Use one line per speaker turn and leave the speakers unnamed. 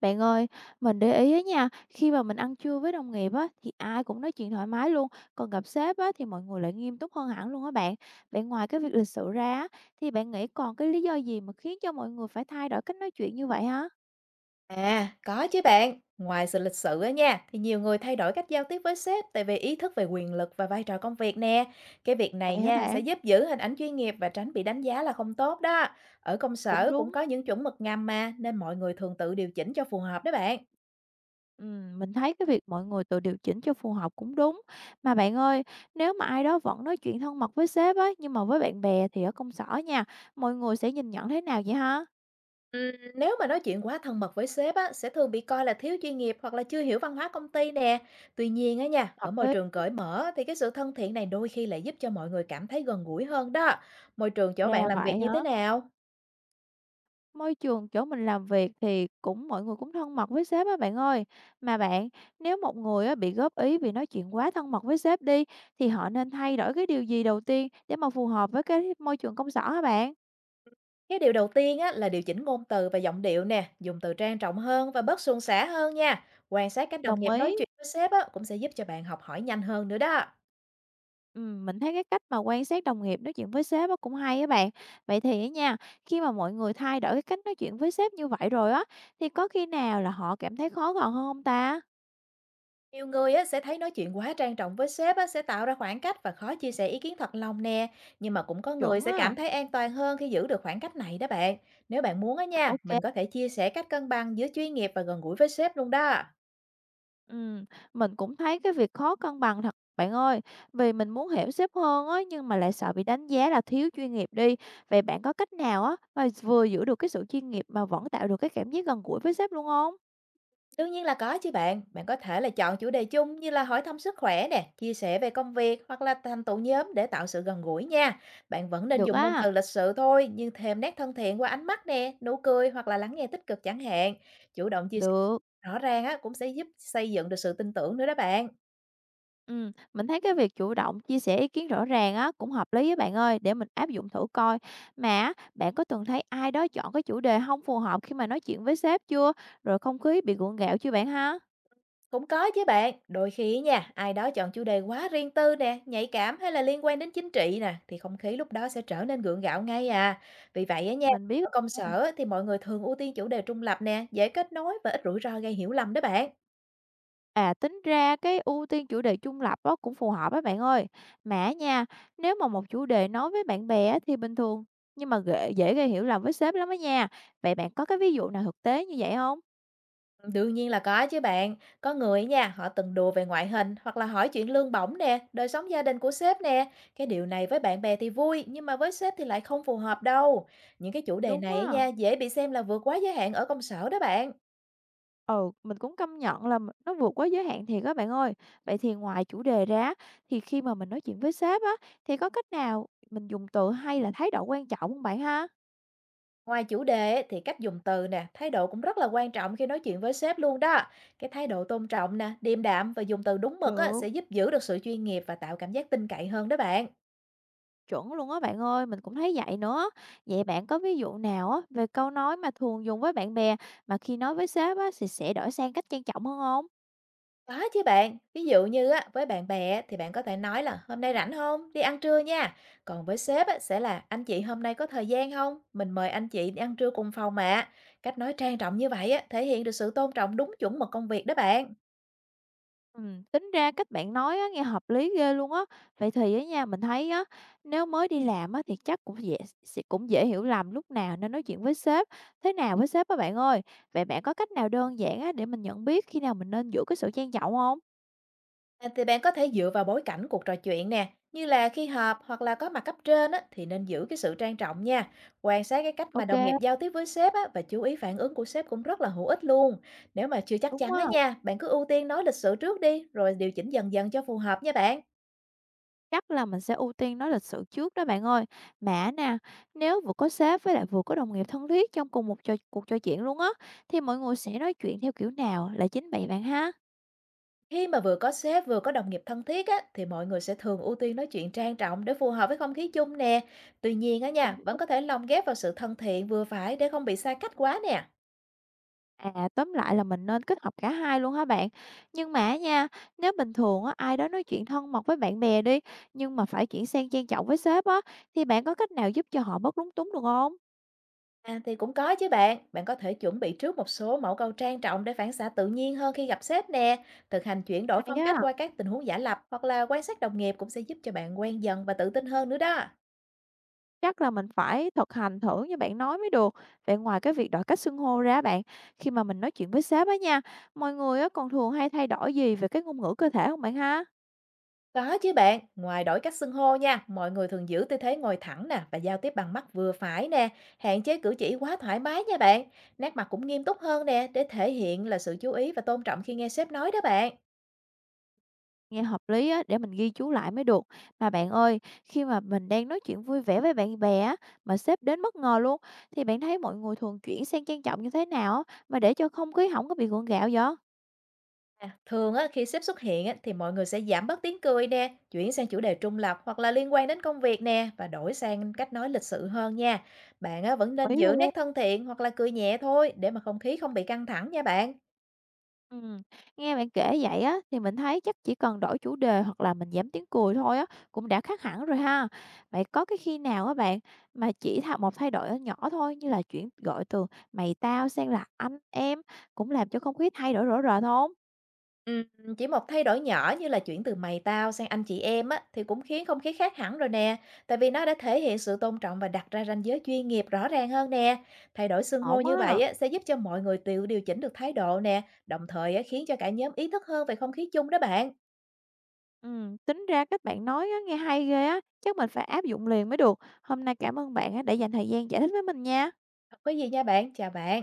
Bạn ơi, mình để ý á nha, khi mà mình ăn trưa với đồng nghiệp á, thì ai cũng nói chuyện thoải mái luôn, còn gặp sếp á, thì mọi người lại nghiêm túc hơn hẳn luôn á bạn. Bạn ngoài cái việc lịch sự ra á, thì bạn nghĩ còn cái lý do gì mà khiến cho mọi người phải thay đổi cách nói chuyện như vậy hả?
À, có chứ bạn. Ngoài sự lịch sự á nha, thì nhiều người thay đổi cách giao tiếp với sếp tại vì ý thức về quyền lực và vai trò công việc nè. Cái việc này
Vậy hả
nha sẽ
bạn?
giúp giữ hình ảnh chuyên nghiệp và tránh bị đánh giá là không tốt đó. Ở công
Cũng
sở cũng
đúng.
có những chuẩn mực ngầm mà, nên mọi người thường tự điều chỉnh cho phù hợp đó bạn.
Ừ, mình thấy cái việc mọi người tự điều chỉnh cho phù hợp cũng đúng. Mà bạn ơi, nếu mà ai đó vẫn nói chuyện thân mật với sếp á, nhưng mà với bạn bè thì ở công sở nha, mọi người sẽ nhìn nhận thế nào vậy hả?
Nếu mà nói chuyện quá thân mật với sếp á, sẽ thường bị coi là thiếu chuyên nghiệp hoặc là chưa hiểu văn hóa công ty nè. Tuy nhiên á nha, ở
Hợp
môi
lý
trường cởi mở thì cái sự thân thiện này đôi khi lại giúp cho mọi người cảm thấy gần gũi hơn đó. Môi trường chỗ bạn
ra
làm việc
vậy
như
hả?
thế nào?
Môi trường chỗ mình làm việc thì cũng mọi người cũng thân mật với sếp á bạn ơi. Mà bạn, nếu một người á bị góp ý vì nói chuyện quá thân mật với sếp đi thì họ nên thay đổi cái điều gì đầu tiên để mà phù hợp với cái môi trường công sở hả bạn?
Cái điều đầu tiên á, là điều chỉnh ngôn từ và giọng điệu nè, dùng từ trang trọng hơn và bớt suôn sẻ hơn nha. Quan sát cách đồng
Đồng
nghiệp nói
ý.
chuyện với sếp á, cũng sẽ giúp cho bạn học hỏi nhanh hơn nữa đó.
Ừ, mình thấy cái cách mà quan sát đồng nghiệp nói chuyện với sếp á cũng hay á bạn. Vậy thì á nha, khi mà mọi người thay đổi cái cách nói chuyện với sếp như vậy rồi á thì có khi nào là họ cảm thấy khó gần hơn không ta?
Nhiều người á, sẽ thấy nói chuyện quá trang trọng với sếp á, sẽ tạo ra khoảng cách và khó chia sẻ ý kiến thật lòng nè. Nhưng mà cũng có người
Chuẩn
sẽ
á.
cảm thấy an toàn hơn khi giữ được khoảng cách này đó bạn. Nếu bạn muốn á
À,
nha,
ok.
mình có thể chia sẻ cách cân bằng giữa chuyên nghiệp và gần gũi với sếp luôn đó.
Ừm, mình cũng thấy cái việc khó cân bằng thật bạn ơi, vì mình muốn hiểu sếp hơn á, nhưng mà lại sợ bị đánh giá là thiếu chuyên nghiệp đi. Vậy bạn có cách nào á, mà vừa giữ được cái sự chuyên nghiệp mà vẫn tạo được cái cảm giác gần gũi với sếp luôn không?
Đương nhiên là có chứ bạn. Bạn có thể là chọn chủ đề chung như là hỏi thăm sức khỏe nè, chia sẻ về công việc hoặc là thành tựu nhóm để tạo sự gần gũi nha. Bạn vẫn nên
Được
dùng ngôn
á,
từ lịch sự thôi, nhưng thêm nét thân thiện qua ánh mắt nè, nụ cười hoặc là lắng nghe tích cực chẳng hạn. Chủ động chia sẻ
được.
rõ ràng á cũng sẽ giúp xây dựng được sự tin tưởng nữa đó bạn.
Mình thấy cái việc chủ động chia sẻ ý kiến rõ ràng á, cũng hợp lý với bạn ơi, để mình áp dụng thử coi. Mà á, bạn có từng thấy ai đó chọn cái chủ đề không phù hợp khi mà nói chuyện với sếp chưa? Rồi không khí bị gượng gạo chưa bạn ha?
Cũng có chứ bạn, đôi khi nha, ai đó chọn chủ đề quá riêng tư nè, nhạy cảm hay là liên quan đến chính trị nè, thì không khí lúc đó sẽ trở nên gượng gạo ngay à. Vì vậy á nha,
Mình biết.
ở công sở á, thì mọi người thường ưu tiên chủ đề trung lập nè, dễ kết nối và ít rủi ro gây hiểu lầm đó bạn.
À, tính ra cái ưu tiên chủ đề trung lập đó cũng phù hợp á bạn ơi. Mà nha, nếu mà một chủ đề nói với bạn bè á thì bình thường, nhưng mà dễ gây hiểu lầm với sếp lắm á nha. Vậy bạn có cái ví dụ nào thực tế như vậy không?
Đương nhiên là có chứ bạn, có người nha, họ từng đùa về ngoại hình hoặc là hỏi chuyện lương bổng nè, đời sống gia đình của sếp nè. Cái điều này với bạn bè thì vui, nhưng mà với sếp thì lại không phù hợp đâu. Những cái chủ đề
Đúng
này á
á.
nha, dễ bị xem là vượt quá giới hạn ở công sở đó bạn.
Ừ, mình cũng công nhận là nó vượt quá giới hạn thiệt các bạn ơi. Vậy thì ngoài chủ đề ra thì khi mà mình nói chuyện với sếp á thì có cách nào mình dùng từ hay là thái độ quan trọng không bạn ha?
Ngoài chủ đề ấy, thì cách dùng từ nè, thái độ cũng rất là quan trọng khi nói chuyện với sếp luôn đó. Cái thái độ tôn trọng nè, điềm đạm và dùng từ đúng mực á,
Được.
sẽ giúp giữ được sự chuyên nghiệp và tạo cảm giác tin cậy hơn đó bạn.
Chuẩn luôn á bạn ơi, mình cũng thấy vậy nữa. Vậy bạn có ví dụ nào á về câu nói mà thường dùng với bạn bè mà khi nói với sếp á thì sẽ đổi sang cách trang trọng hơn không?
Có chứ bạn, ví dụ như á, với bạn bè thì bạn có thể nói là hôm nay rảnh không, đi ăn trưa nha. Còn với sếp á, sẽ là anh chị hôm nay có thời gian không, mình mời anh chị đi ăn trưa cùng phòng mà. Cách nói trang trọng như vậy á, thể hiện được sự tôn trọng đúng chuẩn mực công việc đó bạn.
Tính ra cách bạn nói á nghe hợp lý ghê luôn á. Vậy thì á nha, mình thấy á, nếu mới đi làm á thì chắc cũng dễ sẽ cũng dễ hiểu lầm lúc nào nên nói chuyện với sếp thế nào với sếp á bạn ơi. Vậy bạn có cách nào đơn giản á để mình nhận biết khi nào mình nên giữ cái sự trang trọng không?
À, thì bạn có thể dựa vào bối cảnh cuộc trò chuyện nè, như là khi họp hoặc là có mặt cấp trên á, thì nên giữ cái sự trang trọng nha. Quan sát cái cách mà
Ok,
đồng nghiệp giao tiếp với sếp á, và chú ý phản ứng của sếp cũng rất là hữu ích luôn. Nếu mà chưa chắc
đúng
chắn
á.
á nha, bạn cứ ưu tiên nói lịch sự trước đi, rồi điều chỉnh dần dần cho phù hợp nha bạn.
Chắc là mình sẽ ưu tiên nói lịch sự trước đó bạn ơi. Mà nè, nếu vừa có sếp với lại vừa có đồng nghiệp thân thiết trong cùng một cuộc trò chuyện luôn á, thì mọi người sẽ nói chuyện theo kiểu nào là chính bạn bạn ha?
Khi mà vừa có sếp vừa có đồng nghiệp thân thiết á, thì mọi người sẽ thường ưu tiên nói chuyện trang trọng để phù hợp với không khí chung nè. Tuy nhiên á
Cũng
nha, vẫn
đúng.
có thể lồng ghép vào sự thân thiện vừa phải để không bị xa cách quá nè.
À, tóm lại là mình nên kết hợp cả hai luôn hả bạn? Nhưng mà nha, nếu bình thường á, ai đó nói chuyện thân mật với bạn bè đi, nhưng mà phải chuyển sang trang trọng với sếp á, thì bạn có cách nào giúp cho họ bớt lúng túng được không?
À, thì cũng có chứ bạn. Bạn có thể chuẩn bị trước một số mẫu câu trang trọng để phản xạ tự nhiên hơn khi gặp sếp nè. Thực hành chuyển đổi
Hay
phong cách
á.
qua các tình huống giả lập hoặc là quan sát đồng nghiệp cũng sẽ giúp cho bạn quen dần và tự tin hơn nữa đó.
Chắc là mình phải thực hành thử như bạn nói mới được. Vậy ngoài cái việc đổi cách xưng hô ra bạn, khi mà mình nói chuyện với sếp á nha, mọi người á còn thường hay thay đổi gì về cái ngôn ngữ cơ thể không bạn ha?
Có chứ bạn, ngoài đổi cách xưng hô nha, mọi người thường giữ tư thế ngồi thẳng nè và giao tiếp bằng mắt vừa phải nè, hạn chế cử chỉ quá thoải mái nha bạn. Nét mặt cũng nghiêm túc hơn nè để thể hiện là sự chú ý và tôn trọng khi nghe sếp nói đó bạn.
Nghe hợp lý á, để mình ghi chú lại mới được. Mà bạn ơi, khi mà mình đang nói chuyện vui vẻ với bạn bè á, mà sếp đến bất ngờ luôn, thì bạn thấy mọi người thường chuyển sang trang trọng như thế nào á, mà để cho không khí không có bị gượng gạo vậy?
À, thường á, khi sếp xuất hiện á, thì mọi người sẽ giảm bớt tiếng cười nè, chuyển sang chủ đề trung lập hoặc là liên quan đến công việc nè và đổi sang cách nói lịch sự hơn nha. Bạn á, vẫn nên
Ấy
giữ
luôn.
nét thân thiện hoặc là cười nhẹ thôi để mà không khí không bị căng thẳng nha bạn.
Ừm, nghe bạn kể vậy á, thì mình thấy chắc chỉ cần đổi chủ đề hoặc là mình giảm tiếng cười thôi á, cũng đã khác hẳn rồi ha. Vậy có cái khi nào á bạn, mà chỉ thà một thay đổi nhỏ thôi, như là chuyển gọi từ "mày tao" sang là "anh em" cũng làm cho không khí thay đổi rõ rệt không?
Chỉ một thay đổi nhỏ như là chuyển từ mày tao sang anh chị em á, thì cũng khiến không khí khác hẳn rồi nè. Tại vì nó đã thể hiện sự tôn trọng và đặt ra ranh giới chuyên nghiệp rõ ràng hơn nè. Thay đổi xưng hô
Ổn
như vậy
á.
á, sẽ giúp cho mọi người tự điều chỉnh được thái độ nè, đồng thời á, khiến cho cả nhóm ý thức hơn về không khí chung đó bạn.
Tính ra các bạn nói á, nghe hay ghê á, chắc mình phải áp dụng liền mới được. Hôm nay cảm ơn bạn á, đã dành thời gian giải thích với mình nha.
Không có gì nha bạn, chào bạn.